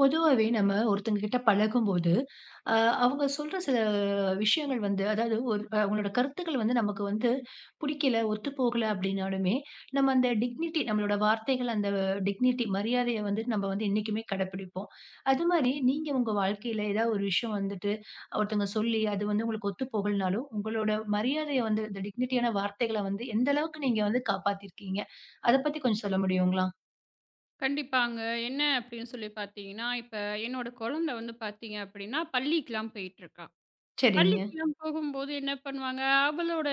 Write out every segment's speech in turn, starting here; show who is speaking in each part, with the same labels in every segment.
Speaker 1: பொதுவாவே நம்ம ஒருத்தங்க கிட்ட பழகும்போது, அ அவங்க சொல்ற சில விஷயங்கள் வந்து அதாவது ஒரு அவங்களோட கருத்துக்கள் வந்து நமக்கு வந்து பிடிக்கல, ஒத்து போகல அப்படின்னாலுமே, நம்ம அந்த டிக்னிட்டி நம்மளோட வார்த்தைகள் அந்த டிக்னிட்டி மரியாதைய வந்து நம்ம வந்து என்னைக்குமே கடைப்பிடிப்போம். அது மாரி நீங்க உங்க வாழ்க்கையில ஏதாவது ஒரு விஷயம் வந்துட்டு, ஒருத்தங்க சொல்லி அது வந்து உங்களுக்கு ஒத்து போகலனாலும், உங்களோட மரியாதைய வந்து இந்த டிக்னிட்டியான வார்த்தைகள வந்து எந்த அளவுக்கு நீங்க வந்து காப்பாத்தியிருக்கீங்க? அத பத்தி கொஞ்சம் சொல்ல முடியுங்களா?
Speaker 2: கண்டிப்பாங்க. என்ன அப்படின்னு சொல்லி பார்த்தீங்கன்னா, இப்ப என்னோட குழந்தை வந்து பார்த்தீங்க அப்படின்னா, பள்ளிக்குலாம் போயிட்டுருக்கா.
Speaker 1: சரிங்க.
Speaker 2: பள்ளிக்குலாம் போகும்போது என்ன பண்ணுவாங்க, அவளோட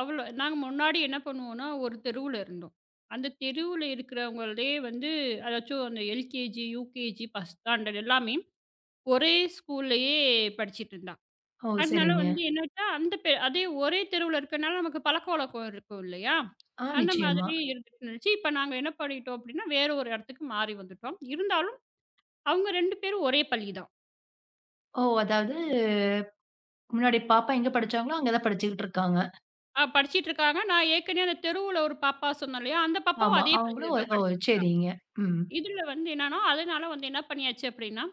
Speaker 2: அவள நாங்க முன்னாடி என்ன பண்ணுவோம்னா, ஒரு தெருவுல இருந்தோம். அந்த தெருவுல இருக்கிறவங்களே வந்து அதாச்சும் அந்த எல்கேஜி, யூகேஜி, ஃபர்ஸ்ட் ஸ்டாண்டர்ட் எல்லாமே ஒரே ஸ்கூல்லயே படிச்சுட்டு இருந்தா.
Speaker 1: ஓ!
Speaker 2: அதனால
Speaker 1: சரிங்க.
Speaker 2: வந்து என்னட்டா அந்த அதே ஒரே தெருவுல இருக்கனால நமக்கு பழக்கவழக்கம் இருக்கும் இல்லையா?
Speaker 1: ஆ
Speaker 2: அந்த
Speaker 1: நிச்சயமா.
Speaker 2: மாதிரி இருந்துட்டு இருந்துச்சு. இப்ப நாங்க என்ன பண்ணிட்டோம் அப்டின்னா, வேற ஒரு இடத்துக்கு மாறி வந்துட்டோம். இருந்தாலும் அவங்க 2 பேரும் ஒரே பள்ளி தான்.
Speaker 1: ஓ! அதாவது முன்னாடி பாப்பா எங்க படிச்சாங்களோ, அங்க தான் படிச்சுக்கிட்டு இருக்காங்க.
Speaker 2: படிச்சிட்டு இருக்காங்க. நான் ஏற்கனவே அந்த தெருவுல ஒரு பாப்பா சொன்னேன் இல்லையா? அந்த பாப்பாவும்
Speaker 1: ஆமா.
Speaker 2: அதே
Speaker 1: அவங்களும்
Speaker 2: பள்ளியில தான்
Speaker 1: ஓ ஓ,
Speaker 2: படிச்சிட்டு இருக்கா.
Speaker 1: சரிங்க. ம்.
Speaker 2: இதுல வந்து என்னன்னா, அதனால வந்து என்ன பண்ணியாச்சு அப்டின்னா,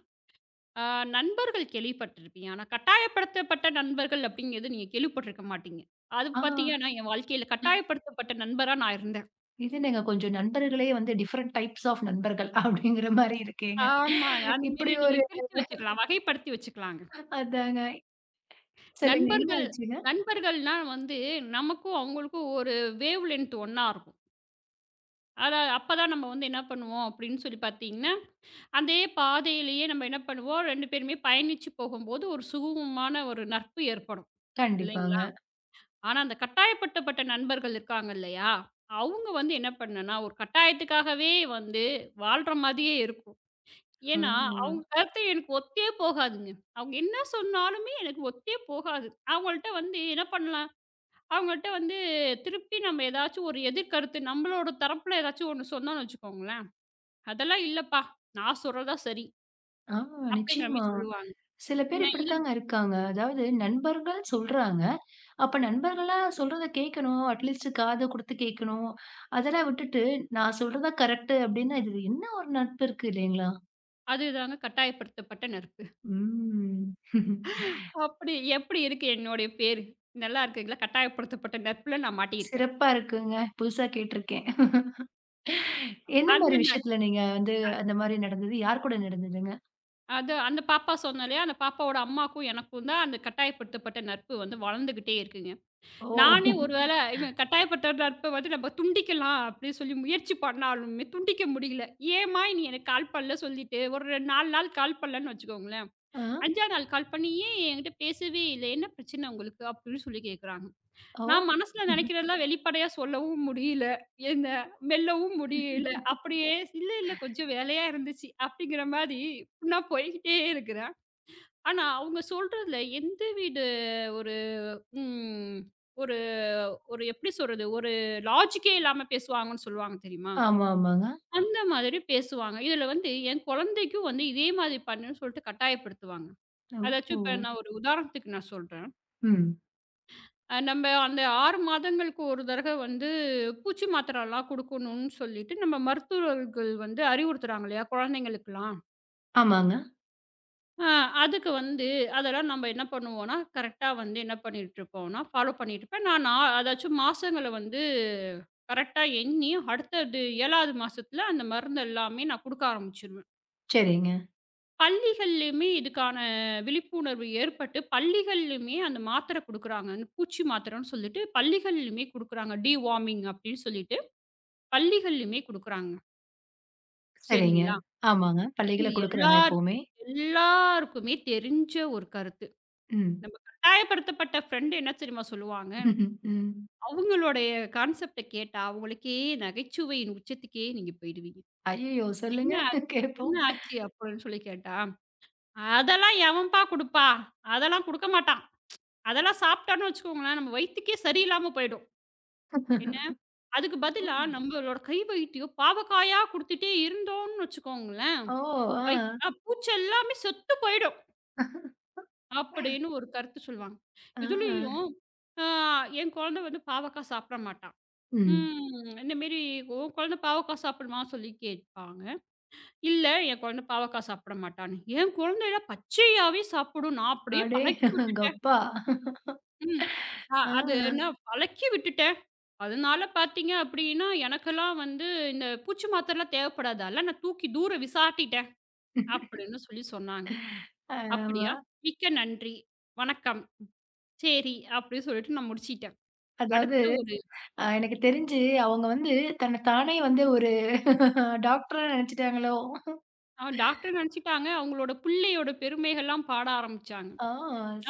Speaker 2: அ நண்பர்கள் கேள்விப்பட்டிருப்பீங்க. ஆனா கட்டாயப்படுத்தப்பட்ட நண்பர்கள் அப்டிங்கிறது நீங்க கேள்விப்பட்டிருக்க மாட்டீங்க. அது
Speaker 1: ஆ
Speaker 2: பார்த்தீங்கன்னா, என் வாழ்க்கையில கட்டாயப்படுத்தப்பட்ட நண்பரா நான் இருந்தேன்.
Speaker 1: இது என்னங்க கொஞ்சம் நண்பர்களே வந்து டிஃபரெண்ட் டைப்ஸ் ஆஃப் நண்பர்கள் அப்படிங்கிற மாரி இருக்கேங்க.
Speaker 2: ஆமாங்க. அந்த
Speaker 1: இப்படி
Speaker 2: மாரி நீங்க
Speaker 1: ஒரு
Speaker 2: பிரிச்சு வச்சுக்கலாம். வகைப்படுத்தி வச்சுக்கலாங்க.
Speaker 1: அதாங்க. சொல்லுங்க என்ன
Speaker 2: நண்பர்கள்
Speaker 1: ஆச்சுங்க?
Speaker 2: நண்பர்கள்னா வந்து நமக்கும் அவங்களுக்கும் ஒரு வேவ் லென்த் ஒண்ணா இருக்கும். அப்பதான் நம்ம வந்து என்ன பண்ணுவோம் அப்படின்னு சொல்லி பார்த்தீங்கன்னா, அதே பாதையிலேயே நம்ம என்ன பண்ணுவோம் 2 பேருமே பயணிச்சு போகும்போது ஒரு சுகமமான ஒரு நட்பு ஏற்படும்.
Speaker 1: கண்டிப்பாங்க.
Speaker 2: இல்லைங்களா? ஆனா அந்த கட்டாயப்படுத்தப்பட்ட நண்பர்கள் இருக்காங்க இல்லையா? அவங்க வந்து என்ன பண்ணும்னா, ஒரு கட்டாயத்துக்காகவே வந்து வாழ்ற மாதிரியே இருக்கும்.
Speaker 1: ஆ,
Speaker 2: ஏன்னா, அவங்க கருத்து எனக்கு ஒத்தே போகாதுங்க. அவங்க என்ன சொன்னாலுமே எனக்கு ஒத்தே போகாது. அவங்கள்ட்ட வந்து என்ன பண்ணலாம், அவங்கள்ட்ட வந்து திருப்பி நம்ம ஏதாச்சும் ஒரு எதிர்கருத்து நம்மளோட தரப்புல ஏதாச்சும் ஒண்ணு சொன்னோம்னு வச்சுக்கோங்களேன், "அதெல்லாம் இல்லப்பா, நான் சொல்றது தான் சரி."
Speaker 1: ஆ
Speaker 2: அப்படிங்கிற மாரி
Speaker 1: நிச்சயமா.
Speaker 2: சொல்லுவாங்க.
Speaker 1: சில பேர்
Speaker 2: என்ன இது
Speaker 1: இப்படித்தாங்க இருக்காங்க. அதாவது நண்பர்கள் சொல்றாங்க. அப்ப நண்பர்களா சொல்றத கேட்கணும். அட்லீஸ்ட் காது குடுத்து கேட்கணும். அதெல்லாம் விட்டுட்டு நான் சொல்றதான் கரெக்ட் அப்படின்னா, இதுல என்ன ஒரு நட்பு இருக்கு இல்லைங்களா?
Speaker 2: அதுதாங்க கட்டாயப்படுத்தப்பட்ட நட்பு.
Speaker 1: ம்.
Speaker 2: அப்படி எப்படி இருக்கு என்னுடைய பேரு? நல்லா இருக்குங்களா? கட்டாயப்படுத்தப்பட்ட நட்புல நான் மாட்டியிருக்கேன்.
Speaker 1: சிறப்பா இருக்குங்க. புதுசா கேட்டுருக்கேன். என்ன
Speaker 2: அந்த
Speaker 1: மாரி
Speaker 2: ந
Speaker 1: விஷயத்துல நீங்க வந்து அந்த மாரி நடந்தது? யார் கூட நடந்ததுங்க?
Speaker 2: அது அந்த பாப்பா சொன்னேன் இல்லையா, அந்த பாப்பாவோட அம்மாக்கும் எனக்கும் தான் அந்த கட்டாயப்படுத்தப்பட்ட நட்பு வந்து வளர்ந்துகிட்டே இருக்குங்க.
Speaker 1: ஓ!
Speaker 2: நானே ஒரு வேளை இவன் கட்டாயப்படுத்த நட்ப வந்து நம்ம துண்டிக்கலாம் அப்படின்னு சொல்லி முயற்சி பண்ணாலுமே துண்டிக்க முடியல. ஏம்மா நீ எனக்கு கால் பண்ணல சொல்லிட்டு, ஒரு 4 நாள் கால் பண்ணலன்னு வச்சுக்கோங்களேன்.
Speaker 1: ஆ,
Speaker 2: 5ஆவது நாள் கால் பண்ணி, "ஏன் என்கிட்ட பேசவே இல்ல? என்ன பிரச்சனை உங்களுக்கு?" அப்படின்னு சொல்லி கேட்குறாங்க.
Speaker 1: ஓ!
Speaker 2: நான் மனசுல நினைக்கிறதெல்லாம் வெளிப்படையா சொல்லவும் முடியல. என்ன மெல்லவும் முடியல. அப்படியே "இல்ல, இல்ல கொஞ்சம் வேலையா இருந்துச்சு" அப்படிங்கிற மாரி நான் போய்க்கிட்டே இருக்கிறேன். ஆனா, அவங்க சொல்றதுல எந்தவித ஒரு ம். ஒரு ஒரு எப்படி சொல்றது? ஒரு லாஜிக்கே இல்லாம பேசுவாங்கன்னு சொல்லுவாங்க தெரியுமா?
Speaker 1: ஆமா, ஆமாங்க.
Speaker 2: அந்த மாதிரி பேசுவாங்க. இதுல வந்து என் குழந்தைக்கும் வந்து இதே மாதிரி பண்ணுன்னு சொல்லிட்டு கட்டாயப்படுத்துவாங்க.
Speaker 1: ஓ! ஓ!
Speaker 2: அதாச்சும் இப்ப நான் ஒரு உதாரணத்துக்கு நான் சொல்றேன்.
Speaker 1: ம்.
Speaker 2: நம்ம அந்த 6 மாதங்களுக்கு ஒரு தடவை வந்து பூச்சி மாத்திரைலாம் குடுக்கணும்னு சொல்லிட்டு நம்ம மருத்துவர்கள் வந்து அறிவுறுத்துறாங்க இல்லையா? குழந்தைங்களுக்கெல்லாம்.
Speaker 1: ஆமாங்க.
Speaker 2: ஆ, அதுக்கு வந்து அதெல்லாம் நம்ம என்ன பண்ணுவோம்னா, கரெக்ட்டா வந்து என்ன பண்ணிட்டுருப்போம்னா, ஃபாலோ பண்ணிட்டுருப்பேன். நான் நா அதாச்சும் மாசங்கள வந்து கரெக்ட்டா எண்ணி, அடுத்தது 7வது மாசத்துல அந்த மருந்து எல்லாமே நான் குடுக்க ஆரம்பிச்சுருவேன்.
Speaker 1: சரிங்க,
Speaker 2: பள்ளிகள்லயுமே இதுக்கான விழிப்புணர்வு ஏற்பட்டு, பள்ளிகள்லயுமே அந்த மாத்திரை குடுக்குறாங்க. அந்த பூச்சி மாத்திரைன்னு சொல்லிட்டு பள்ளிகள்லயுமே குடுக்குறாங்க. டிவார்மிங் அப்படின்னு சொல்லிட்டு பள்ளிகள்லயுமே குடுக்குறாங்க.
Speaker 1: சரிங்க.
Speaker 2: சரிங்களா?
Speaker 1: ஆமாங்க. பள்ளிகள்ல
Speaker 2: இது
Speaker 1: குடுக்குறாங்க
Speaker 2: எல்லாருக்கும்
Speaker 1: எப்பவுமே.
Speaker 2: எல்லாருக்குமே தெரிஞ்ச ஒரு கருத்து.
Speaker 1: ம்.
Speaker 2: நம்ம கட்டாயப்படுத்தப்பட்ட ஃப்ரெண்ட் என்ன தெரியுமா சொல்லுவாங்க?
Speaker 1: ம்.
Speaker 2: அவங்களுடைய கான்செப்ட்ட கேட்டா, அவங்களுக்கே நகைச்சுவையின் உச்சத்துக்கே நீங்க போயிடுவீங்க.
Speaker 1: ஐயய்யோ!
Speaker 2: "என்ன
Speaker 1: சொல்லுங்க
Speaker 2: ஆச்சு?
Speaker 1: கேட்போம்.
Speaker 2: "என்ன ஆச்சு?" அப்படின்னு சொல்லி கேட்டா, "அதெல்லாம் எவன்பா குடுப்பா? அதெல்லாம் குடுக்க மாட்டான். அதெல்லாம் சாப்பிட்டான்னு வச்சுக்கோங்களேன், நம்ம வயித்துக்கே சரியில்லாம போயிடும்." என்ன? அதுக்கு பதிலா நம்மளோட கை வைத்தியம் பாவக்காயா குடுத்துட்டே இருந்தோம்னு வச்சுக்கோங்களேன்,
Speaker 1: ஓ! ஆ.
Speaker 2: வயி அ பூச்சி எல்லாமே செத்து போயிடும். அப்படின்னு ஒரு கருத்து சொல்லுவாங்க.
Speaker 1: ஆ.
Speaker 2: இதுலயும், ஆ என் குழந்தை வந்து பாவக்கா சாப்பிட மாட்டா.
Speaker 1: ம்.
Speaker 2: ம். இந்த மாரி உன் குழந்தை பாவக்கா சாப்பிடுமா? சொல்லி கேட்பாங்க. இல்ல என் குழந்தை பாவக்கா சாப்பிட மாட்டான்னு. என் குழந்தைலாம் பச்சையாவே சாப்பிடும். நான் அப்படியே
Speaker 1: அடே!
Speaker 2: பழக்கி விட்டுட்டேன்.
Speaker 1: கப்பா!
Speaker 2: ம். அ
Speaker 1: ஆ.
Speaker 2: அது நான் பழக்கி விட்டுட்டேன். அதனால பார்த்தீங்க அப்படின்னா, எனக்கெல்லாம் வந்து இந்த பூச்சி மாத்திரைலாம் தேவைப்படாது. அதெல்லாம் நான் தூக்கி தூர விசாட்டிட்டேன். அப்படின்னு சொல்லி சொன்னாங்க.
Speaker 1: ஆமா.
Speaker 2: அப்படியா? மிக்க நன்றி. வணக்கம். சரி. அப்படின்னு சொல்லிட்டு நான் முடிச்சிட்டேன்.
Speaker 1: அதாவது
Speaker 2: அடுத்த ஒரு
Speaker 1: எனக்கு தெரிஞ்சு அவங்க வந்து தன்ன தானே வந்து ஒரு டாக்டரா நெனச்சுட்டாங்களோ!
Speaker 2: அ டாக்டர் நினைச்சுட்டாங்க. அவங்களோட பிள்ளையோட பெருமைகள்லாம் பாட ஆரம்பிச்சாங்க.
Speaker 1: ஆ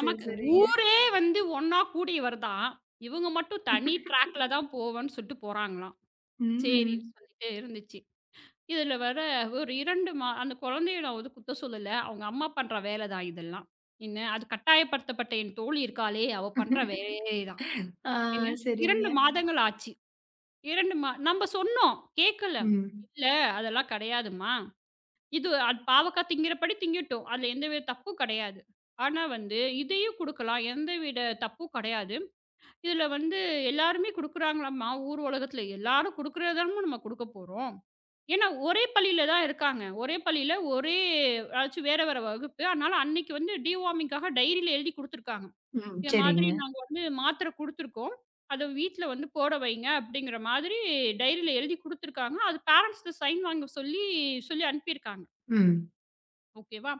Speaker 1: சரி, சரிங்க.
Speaker 2: ஊரே வந்து ஒண்ணா கூடி வருதாம். இவங்க மட்டும் தனி ட்ராக்ல தான் போவேன்னு சொல்லிட்டு போறாங்களாம். சரின்னு
Speaker 1: ம்.
Speaker 2: சொல்லிட்டு இருந்துச்சு. இதில வேற ஒரு 2 மா அந்த குழந்தைய நான் வந்து குத்தம் சொல்லல. அவங்க அம்மா பண்ற வேலை தான் இதெல்லாம். என்ன அது கட்டாயப்படுத்தப்பட்ட என் தோழி இருக்காளே! அவ பண்ற வேலை தான்.
Speaker 1: ஆ
Speaker 2: என்ன 2
Speaker 1: சரிங்க.
Speaker 2: மாதங்கள் ஆச்சு. 2 மா நம்ப சொன்னோம். கேட்கல.
Speaker 1: ம்.
Speaker 2: இல்ல அதெல்லாம் கிடையாதும்மா. இது அது பாவக்கா திங்கிற படி திங்கட்டும். அதுல எந்தவித தப்பும் கெடையாது. ஆனா வந்து இதையும் குடுக்கலாம். எந்தவித தப்பும் கெடையாது. இதுல வந்து எல்லாருமே குடுக்குறாங்களாம்மா, ஊர் உலகத்துல எல்லாரும் குடுக்குறது தானம்மா நம்ம குடுக்கப் போறோம். ஏன்னா ஒரே பள்ளியில தான் இருக்காங்க. ஒரே பள்ளியில ஒரே அதாச்சும் வேற வேற வகுப்பு. அதனால அன்னைக்கு வந்து டிவார்மிங்காக டைரியில எழுதி குடுத்துருக்காங்க.
Speaker 1: ம்.
Speaker 2: இந்த மாதிரி
Speaker 1: சரிங்க.
Speaker 2: நாங்க வந்து மாத்திரை குடுத்துருக்கோம். அத வீட்ல வந்து போட வைங்க அப்படிங்கிற மாதிரி டைரியில எழுதி குடுத்துருக்காங்க. அது பேரண்ட்ஸ்ட்ட சைன் வாங்க சொல்லி சொல்லி அனுப்பியிருக்காங்க.
Speaker 1: ம்.
Speaker 2: ஓகேவா?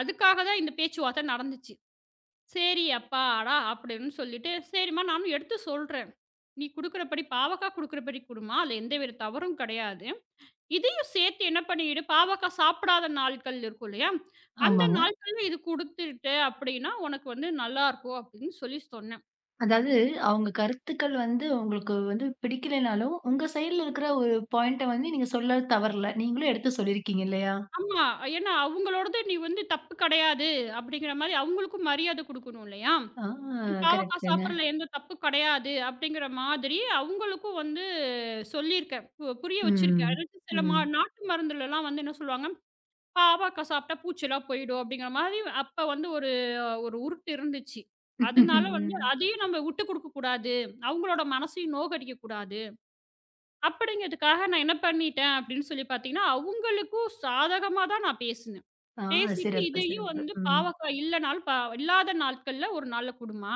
Speaker 2: அதுக்காக தான் இந்த பேச்சுவார்த்தை நடந்துச்சு. "சரி அப்பாடா!" அப்படின்னு சொல்லிட்டு, "சரிம்மா நானும் எடுத்து சொல்றேன். நீ குடுக்குறபடி பாவக்கா குடுக்குறபடி குடும்மா. அதுல எந்தவித தவறும் கிடையாது. இதையும் சேர்த்து என்ன பண்ணிடு, பாவக்கா சாப்பிடாத நாட்கள் இருக்கும் இல்லையா? அந்த ம்.
Speaker 1: ஆமாங்க.
Speaker 2: நாட்கள்ல இது குடுத்துட்ட அப்படின்னா, உனக்கு வந்து நல்லாருக்கும்." அப்படின்னு சொல்லி சொன்னேன்.
Speaker 1: அதாவது அவங்க கருத்துக்கள் வந்து உங்களுக்கு வந்து பிடிக்கலைனாலும், உங்க சைட்ல இருக்கிற ஒரு பாயிண்ட்ட வந்து நீங்க சொல்ல தவறல. நீங்களும் எடுத்து சொல்லியிருக்கீங்க இல்லயா?
Speaker 2: ஆமா. ஏன்னா அவங்களோடது நீ வந்து தப்பு கிடையாது அப்படிங்கிற மாரி அவங்களுக்கும் மரியாதை குடுக்கணும் இல்லையா?
Speaker 1: ஆ
Speaker 2: "நீ பாவக்கா
Speaker 1: கரெக்ட்டுங்க.
Speaker 2: சாப்பிடுறதுல எந்த தப்பும் கெடையாது." அப்படிங்கிற மாதிரி அவங்களுக்கும் வந்து சொல்லியிருக்கேன். புரிய வச்சிருக்கேன்.
Speaker 1: ம்.
Speaker 2: அதாவது சில மா
Speaker 1: ம்.
Speaker 2: நாட்டு மருந்துலலாம் வந்து என்ன சொல்லுவாங்க, "பாவக்கா சாப்பிட்டா பூச்சிலாம் போயிடும்." அப்படிங்கிற மாதிரி அப்ப வந்து ஒரு ஒரு உருட்டு இருந்துச்சு. அதனால வந்து
Speaker 1: ம்.
Speaker 2: அதையும் நம்ம விட்டு குடுக்கக் கூடாது. அவங்களோட மனசையும் நோகடிக்கக் கூடாது. அப்படிங்கிறதுக்காக நான் என்ன பண்ணிட்டேன் அப்படின்னு சொல்லி பார்த்தீங்கன்னா, அவங்களுக்கும் சாதகமா தான் நான் பேசினேன்.
Speaker 1: ஆ
Speaker 2: பேசிட்டு
Speaker 1: சிறப்பு,
Speaker 2: இதையும்
Speaker 1: சிறப்பு.
Speaker 2: வந்து
Speaker 1: ம்.
Speaker 2: "பாவக்கா இல்லனாலும் ப இல்லாத நாட்கள்ல ஒரு நாள்ல குடும்மா."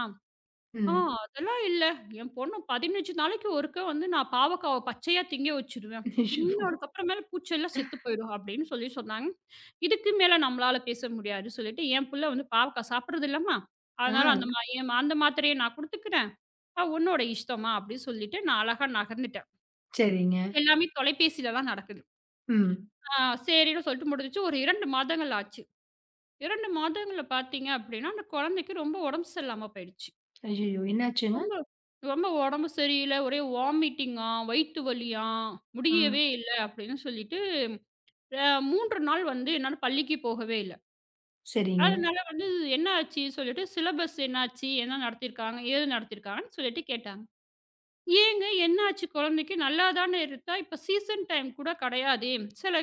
Speaker 2: ஆ
Speaker 1: ம்.
Speaker 2: அதெல்லாம் இல்ல. என் பொண்ணு 15 நாளைக்கு ஒருக்க வந்து நான் பாவக்காவ பச்சையா திங்க வச்சுருவேன்.
Speaker 1: அச்சச்சோ!
Speaker 2: திங்குனதுக்கு அப்புறமேல பூச்செல்லாம் செத்து போயிடும் அப்படின்னு சொல்லி சொன்னாங்க. இதுக்கு மேல நம்மளால பேச முடியாதுன்னு சொல்லிட்டு, என் புள்ள வந்து பாவக்கா சாப்பிடுறது இல்லம்மா. அதனால அந்த
Speaker 1: ஆ
Speaker 2: மா என் மா- அந்த மாத்திரைய நான் குடுத்துக்கிறேன். உன்னோட இஷ்டம்மா அப்படின்னு சொல்லிட்டு நான் அழகா நகர்ந்துட்டேன்.
Speaker 1: சரிங்க.
Speaker 2: எல்லாமே தொலைபேசியில தான் நடக்குது.
Speaker 1: ம்.
Speaker 2: ஆ சரின்னு சொல்லிட்டு முடிஞ்சுச்சு. ஒரு 2 மாதங்கள் ஆச்சு. 2 மாதங்கள்ல பார்த்தீங்க அப்படின்னா, அந்த குழந்தைக்கு ரொம்ப உடம்பு சரியில்லாம போயிடுச்சு.
Speaker 1: ஐயய்யோ! என்னாச்சுங்க?
Speaker 2: ரொம்ப ரொம்ப உடம்பு சரியில்ல. ஒரே வாமிட்டிங்காம், வயித்து வலியாம்,
Speaker 1: ஆ.
Speaker 2: முடியவே இல்ல அப்படின்னு சொல்லிட்டு, அ 3 நாள் வந்து என்னால பள்ளிக்கு போகவே இல்ல.
Speaker 1: சரிங்க.
Speaker 2: அதனால வந்து என்ன ஆச்சு சொல்லிட்டு, சிலபஸ் என்னாச்சு? என்ன நடத்தியிருக்காங்க? ஏது நடத்தியிருக்காங்கன்னு சொல்லிட்டு கேட்டாங்க. "ஏங்க என்ன ஆச்சு குழந்தைக்கு? நல்லா தானே இருந்தா. இப்ப சீசன் டைம் கூட கிடையாதே. சில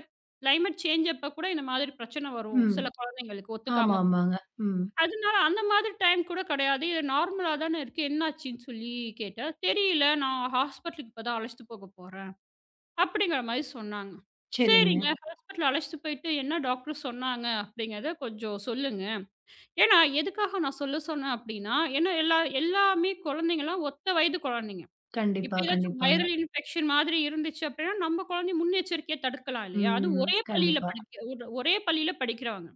Speaker 2: கிளைமேட் சேஞ்ச் அப்ப கூட இந்த மாதிரி பிரச்சனை வரும்.
Speaker 1: ம்.
Speaker 2: சில குழந்தைங்களுக்கு
Speaker 1: ஆமா,
Speaker 2: ஒத்துக்காம
Speaker 1: ஆமாங்க. ம்.
Speaker 2: அதனால அந்த மாதிரி டைம் கூட கிடையாது. இது நார்மலா தானே இருக்கு. என்னாச்சுன்னு சொல்லி கேட்டேன். "தெரியல. நான் ஹாஸ்பிட்டலுக்கு இப்ப தான் அழைச்சுட்டு போக போறேன்." அப்படிங்கிற மாரி சொன்னாங்க.
Speaker 1: சரிங்க.
Speaker 2: சரிங்க. ம். ஹாஸ்பிட்டல் அழைச்சுட்டு போயிட்டு என்ன டாக்டர் சொன்னாங்க அப்படிங்கிறத கொஞ்சம் சொல்லுங்க. ஏன்னா எதுக்காக நான் சொல்ல சொன்னேன் அப்படின்னா, ஏன்னா எல்லாமே குழந்தைங்கலாம் ஒத்த வயது குழந்தைங்க. இப்ப
Speaker 1: கண்டிப்பா,
Speaker 2: ஏதாச்சும்
Speaker 1: கண்டிப்பாங்க.
Speaker 2: வைரல் இன்ஃபெக்ஷன் மாதிரி இருந்துச்சு அப்படின்னா, நம்ம குழந்தைய முன்னெச்சரிக்கையா தடுக்கலாம் இல்லையா? அதுவும்
Speaker 1: ம். கண்டிப்பா.
Speaker 2: ஒரே பள்ளியில படிக்கிறவங்க.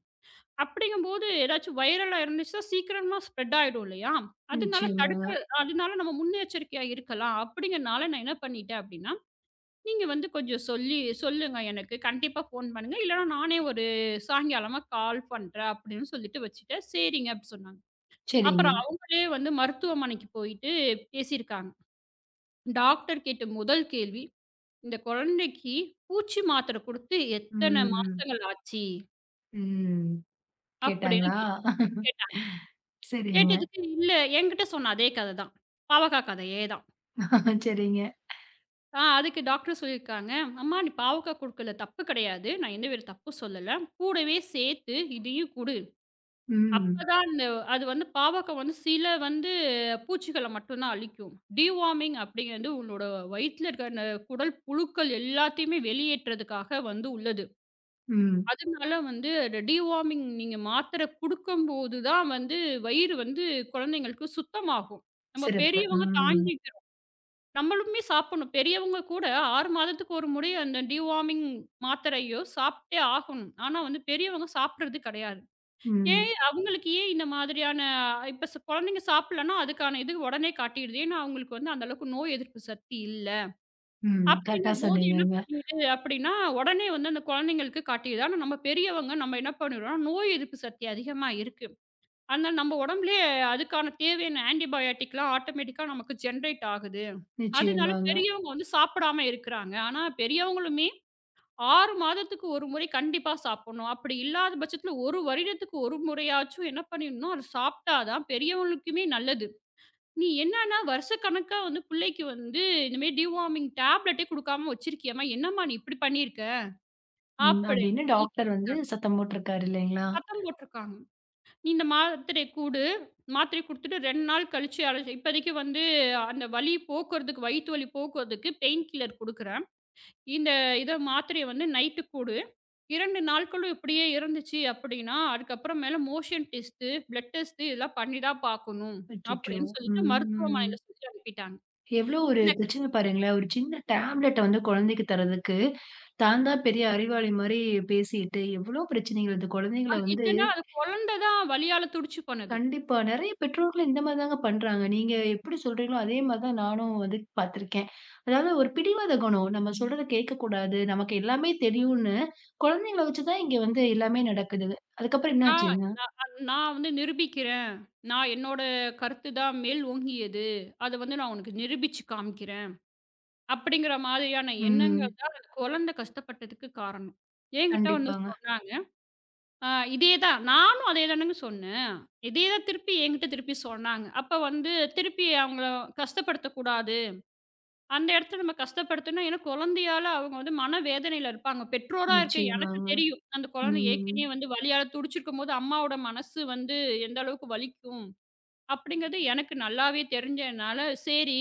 Speaker 2: அப்படிங்கும்போது ஏதாச்சும் வைரலா இருந்துச்சுன்னா சீக்கிரமா ஸ்ப்ரெட் ஆயிடும் இல்லையா? அதனால
Speaker 1: நிச்சயமாங்க.
Speaker 2: தடுக்க அதனால நம்ம முன்னெச்சரிக்கையா இருக்கலாம். அப்படிங்கிறனால நான் என்ன பண்ணிட்டேன் அப்படின்னா, நீங்க வந்து கொஞ்சம் சொல்லி சொல்லுங்க எனக்கு. கண்டிப்பா ஃபோன் பண்ணுங்க. இல்லன்னா நானே ஒரு சாயங்காலமா கால் பண்றேன் அப்படின்னு சொல்லிட்டு வச்சுட்டேன். சரிங்க அப்படி சொன்னாங்க.
Speaker 1: சரிங்க.
Speaker 2: அப்புறம் அவங்களே வந்து மருத்துவமனைக்கு போயிட்டு பேசியிருக்காங்க. டாக்டர் கேட்ட முதல் கேள்வி, "இந்த குழந்தைக்கு பூச்சி மாத்திரை குடுத்து எத்தன
Speaker 1: ம்.
Speaker 2: மாசங்கள் ஆச்சு?"
Speaker 1: ம்.
Speaker 2: அப்படின்னு
Speaker 1: கேட்டாங்களா?
Speaker 2: கேட்
Speaker 1: சரிங்க.
Speaker 2: கேட்டதுக்கு, "இல்ல என்கிட்ட சொன்ன அதே கத தான். பாவக்கா கதையே தான்.
Speaker 1: சரிங்க.
Speaker 2: அதுக்கு டாக்டர் சொல்லியிருக்காங்க, அம்மா நீ பாவக்கா குடுக்கல தப்பு கிடையாது. நான் எந்த வித தப்பும் சொல்லல. கூடவே சேர்த்து இதையும் குடு.
Speaker 1: ம்.
Speaker 2: அப்பதான் அந்த அது வந்து பாவக்கா வந்து சில வந்து பூச்சிகள மட்டும் தான் அழிக்கும். டிவார்மிங் அப்படிங்கிறது உன்னோட வயித்துல இருக்க அந்த குடல் புழுக்கள் எல்லாத்தையுமே வெளியேற்றதுக்காக வந்து உள்ளது.
Speaker 1: ம்.
Speaker 2: அதனால வந்து அந்த டிவார்மிங் நீங்க மாத்திரை குடுக்கும்போது தான் வந்து வயிறு வந்து குழந்தைங்களுக்கு சுத்தமாகும். நம்ம
Speaker 1: சிறப்பு.
Speaker 2: பெரியவங்க
Speaker 1: ம்.
Speaker 2: தாங்கி நம்மளுமே சாப்பிடணும். பெரியவங்க கூட 6 மாதத்துக்கு ஒரு முறை அந்த டிவார்மிங் மாத்திரையோ சாப்பிட்டே ஆகணும். ஆனா வந்து பெரியவங்க சாப்பிடுறது கிடையாது.
Speaker 1: ம்.
Speaker 2: ஏன் இந்த மாதிரியான இப்ப குழந்தைங்க சாப்பிடலன்னா, அதுக்கான இது உடனே காட்டிடுது. ஏன்னா அவங்களுக்கு வந்து அந்த அளவுக்கு நோய் எதிர்ப்பு சக்தி இல்ல.
Speaker 1: ம். கரெக்ட்டா
Speaker 2: அப்படிங்கும்போது என்ன
Speaker 1: சொன்னீங்கங்க.
Speaker 2: பண்ணிடுது அப்படின்னா, உடனே வந்து அந்த குழந்தைங்களுக்கு காட்டிடுது. ஆனா நம்ம பெரியவங்க நம்ம என்ன பண்ணிடுறோம்னா, நோய் எதிர்ப்பு சக்தி அதிகமா இருக்கு. அதனால நம்ம உடம்புலயே அதுக்கான தேவையான ஆன்டிபயாட்டிக்லாம் ஆட்டோமேட்டிக்கா நமக்கு ஜெனரேட் ஆகுது. அதனால
Speaker 1: நிச்சயமாங்க.
Speaker 2: பெரியவங்க வந்து சாப்பிடாம இருக்கிறாங்க. ஆனா பெரியவங்களுமே 6 மாதத்துக்கு ஒரு முறை கண்டிப்பா சாப்பிடணும். அப்படி இல்லாத பட்சத்துல 1 வருடத்துக்கு ஒரு முறையாச்சும் என்ன பண்ணிடணும், அத சாப்பிட்டா தான் பெரியவங்களுக்குமே நல்லது. நீ என்னன்னா வருஷக்கணக்கா வந்து பிள்ளைக்கு வந்து இந்த மாரி டிவார்மிங் டேப்லெட்டே குடுக்காம வச்சிருக்கியேம்மா! என்னம்மா நீ இப்படி பண்ணியிருக்க?
Speaker 1: ம்.
Speaker 2: அப்படின்னு
Speaker 1: அப்படின்னு
Speaker 2: சொல்லி
Speaker 1: டாக்டர் வந்து
Speaker 2: கேட்டுருக்காங்க.
Speaker 1: சத்தம் போட்டுருக்காரு இல்லைங்களா?
Speaker 2: சத்தம் போட்டுருக்காங்க. நீ இந்த மாத்திரைய குடு. மாத்திரைய குடுத்துட்டு 2 நாள் கழிச்சு அழைச்சு இப்போதைக்கு வந்து அந்த வலி போக்குறதுக்கு வயித்து வலி போக்குறதுக்கு பெயின் கில்லர் குடுக்குறேன். இந்த இத மாத்திரைய வந்து நைட்டு குடு. 2 நாட்களும் இப்படியே இருந்துச்சு அப்படின்னா, அதுக்கப்புறம் மேல மோஷன் டெஸ்ட்டு, பிளட் டெஸ்ட்டு இதெல்லாம் பண்ணி தான் பார்க்கணும்.
Speaker 1: அச்சச்சோ!
Speaker 2: அப்படின்னு சொல்லிட்டு
Speaker 1: ம்.
Speaker 2: மருத்துவமனையில சொல்லி அனுப்பிட்டாங்க.
Speaker 1: எவ்ளோ ஒரு
Speaker 2: இந்த
Speaker 1: பிரச்சனை பாருங்களேன். ஒரு சின்ன டேப்லெட்ட வந்து குழந்தைக்கு தர்றதுக்கு, தான் தான் பெரிய அறிவாளி மாரி பேசிட்டு, எவ்ளோ பிரச்சனைகள் இந்த
Speaker 2: அ
Speaker 1: குழந்தைங்கள வந்து
Speaker 2: இத்தன அது குழந்த தான் வலியால துடிச்சு பண்ணுது.
Speaker 1: கண்டிப்பா நெறைய பெற்றோர்கள் இந்த மாரி தாங்க பண்றாங்க. நீங்க எப்படி சொல்றீங்களோ, அதே மாரி தான் நானும் வந்து பார்த்துருக்கேன். அதாவது ஒரு பிடிவாத குணம். நம்ம சொல்றத கேட்கக்கூடாது. நமக்கு எல்லாமே தெரியும்னு, குழந்தைங்கள வச்சு தான் இங்க வந்து எல்லாமே நடக்குது. அதுக்கப்புறம்
Speaker 2: நான்
Speaker 1: என்னாச்சுங்க?
Speaker 2: நான் வந்து நிரூபிக்கிறேன். நான் என்னோட கருத்து தான் மேல் ஓங்கியது. அத வந்து நான் உனக்கு நிரூபிச்சு காமிக்கிறேன். அப்படிங்கிற மாதிரியான
Speaker 1: ம்.
Speaker 2: எண்ணங்கள் தான் அந்த குழந்தை கஷ்டப்பட்டதுக்கு காரணம். என்கிட்ட வந்து
Speaker 1: கண்டிப்பாங்க.
Speaker 2: சொன்னாங்க. அ இதே தான் நானும் அதே தானங்க சொன்னேன். இதே தான் திருப்பி என்கிட்ட திருப்பி சொன்னாங்க. அப்ப வந்து திருப்பி அவங்கள கஷ்டப்படுத்தக்கூடாது. அந்த இடத்துல நம்ம கஷ்டப்படுத்துனா, ஏன்னா குழந்தையால அவங்க வந்து மனவேதனையில இருப்பாங்க. பெற்றோரா இருக்க எனக்கு
Speaker 1: நிச்சயமாங்க.
Speaker 2: தெரியும். அந்த குழந்தை
Speaker 1: ம்.
Speaker 2: ஏற்கனவே வந்து வலியால துடிச்சிருக்கும்போது, அம்மாவோட மனசு வந்து எந்த அளவுக்கு வலிக்கும். அப்படிங்கிறது எனக்கு நல்லாவே தெரிஞ்சதுனால, சரி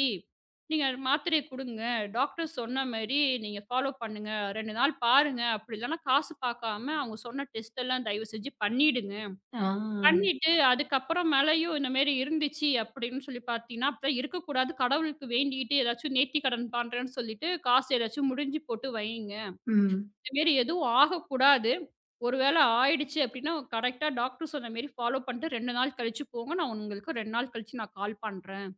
Speaker 2: நீங்க மாத்திரைய குடுங்க. டாக்டர் சொன்ன மாரி நீங்க ஃபாலோ பண்ணுங்க. 2 நாள் பாருங்க. அப்படி இல்லன்னா காசு பாக்காம அவங்க சொன்ன டெஸ்ட் எல்லாம் தயவு செஞ்சு பண்ணிடுங்க.
Speaker 1: ஆ.
Speaker 2: பண்ணிட்டு அதுக்கப்புறம் மேலயும் இந்த மாரி இருந்துச்சு அப்படின்னு சொல்லி பாத்தீங்கன்னா, அப்பலாம் இருக்கக்கூடாது. கடவுளுக்கு வேண்டிட்டு ஏதாச்சும் நேர்த்திக்கடன் பண்றேன்னு சொல்லிட்டு, காசு ஏதாச்சும் முடிஞ்சு போட்டு வைங்க.
Speaker 1: ம்.
Speaker 2: இந்த மாரி எதுவும் ஆகக்கூடாது. ஒரு வேளை ஆயிடுச்சு அப்டின்னா, கரெக்ட்டா டாக்டர் சொன்ன மாரி ஃபாலோ பண்ணிட்டு 2 நாள் கழிச்சு போங்க. நான் உங்களுக்கு 2 நாள் கழிச்சு நான் கால் பண்றேன்.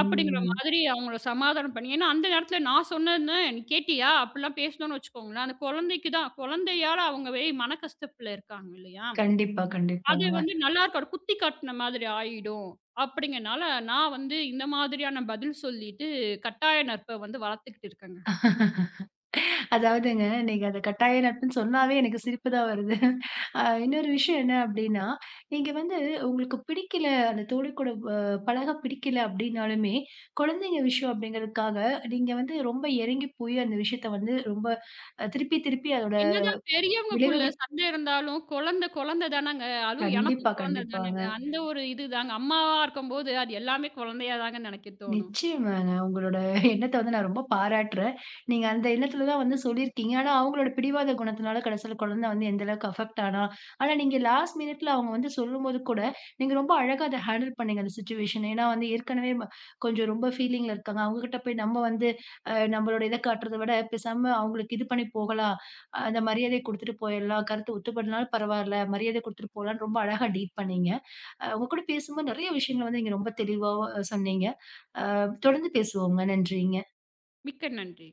Speaker 2: அப்படிங்கிற மாதிரி அவங்கள சமாதானம் பண்ணி ஏன்னா அந்த நேரத்தில நான் சொன்னேன்னு, "நீ கேட்டியா?" அப்படிலாம் பேசினோம்னு வச்சுக்கோங்களேன், அந்த குழந்தைக்கு தான் குழந்தையால அவங்க மன கஷ்டத்துல இருக்காங்க இல்லையா?
Speaker 1: கண்டிப்பா,
Speaker 2: அது
Speaker 1: கண்டிப்பாங்க.
Speaker 2: வந்து நல்லாருக்காது. குத்தி காட்டுன மாதிரி ஆயிடும். அப்படிங்கனால நான் வந்து இந்த மாதிரியான பதில் சொல்லிட்டு கட்டாய நட்ப வந்து வளர்த்துக்கிட்டு இருக்கேங்க.
Speaker 1: அதாவதுங்க, நீங்க அத கட்டாய நட்புன்னு சொன்னாவே எனக்கு சிரிப்பு தான் வருது. இன்னொரு விஷயம் என்ன அப்டின்னா, நீங்க வந்து உங்களுக்கு பிடிக்கல, அந்த தோழி கூட பழக பிடிக்கல அப்டின்னாலுமே, குழந்தைங்க விஷயம் அப்டிங்கிறதுக்காக, நீங்க வந்து ரொம்ப இறங்கி போய் அந்த விஷயத்த வந்து ரொம்ப திருப்பி திருப்பி அதோட
Speaker 2: என்னதான் பெரியவங்கக்குள்ள
Speaker 1: விளைவுகள்
Speaker 2: சண்டை இருந்தாலும், குழந்தை குழந்தை தானங்க. அதுவும்
Speaker 1: கண்டிப்பா,
Speaker 2: எனக்கும் குழந்தை
Speaker 1: கண்டிப்பாங்க.
Speaker 2: தானங்க. அந்த ஒரு இதுதாங்க. அம்மாவா இருக்கும்போது, அது எல்லாமே குழந்தையா தாங்க நெனைக்க தோணும்.
Speaker 1: நிச்சயமாங்க. உங்களோட எண்ணத்த வந்து நான் ரொம்ப பாராட்டுறேன். நீங்க அந்த எண்ணத்துல தான் வந்து சொல்லியிருக்கீங்க. ஆனா அவங்களோட பிடிவாத குணத்தினால கடைசியில குழந்தை வந்து எந்த அளவுக்கு அஃபெக்ட் ஆனா, ஆனா நீங்க லாஸ்ட் மினிட்ல அவங்க வந்து சொல்லும்போது கூட, நீங்க ரொம்ப அழகா அத ஹேண்டில் பண்ணீங்க அந்த சிச்சுவேஷன. ஏன்னா வந்து ஏற்கனவே கொஞ்சம் ரொம்ப ஃபீலிங்ல இருக்காங்க. அவங்ககிட்ட போய் நம்ம வந்து நம்மளோட இத காட்டுறத விட பேசாம அவங்களுக்கு இது பண்ணி போகலாம். அந்த மரியாதைய குடுத்துட்டு போயிடலாம். கருத்து ஒத்துப்படனாலும் பரவாயில்ல. மரியாதை குடுத்துட்டு போலான்னு ரொம்ப அழகா டீல் பண்ணீங்க. உங்க கூட பேசும்போது நெறைய விஷயங்கள வந்து நீங்க ரொம்ப தெளிவா சொன்னீங்க. அ தொடர்ந்து பேசுவோங்க. நன்றிங்க.
Speaker 2: மிக்க நன்றி.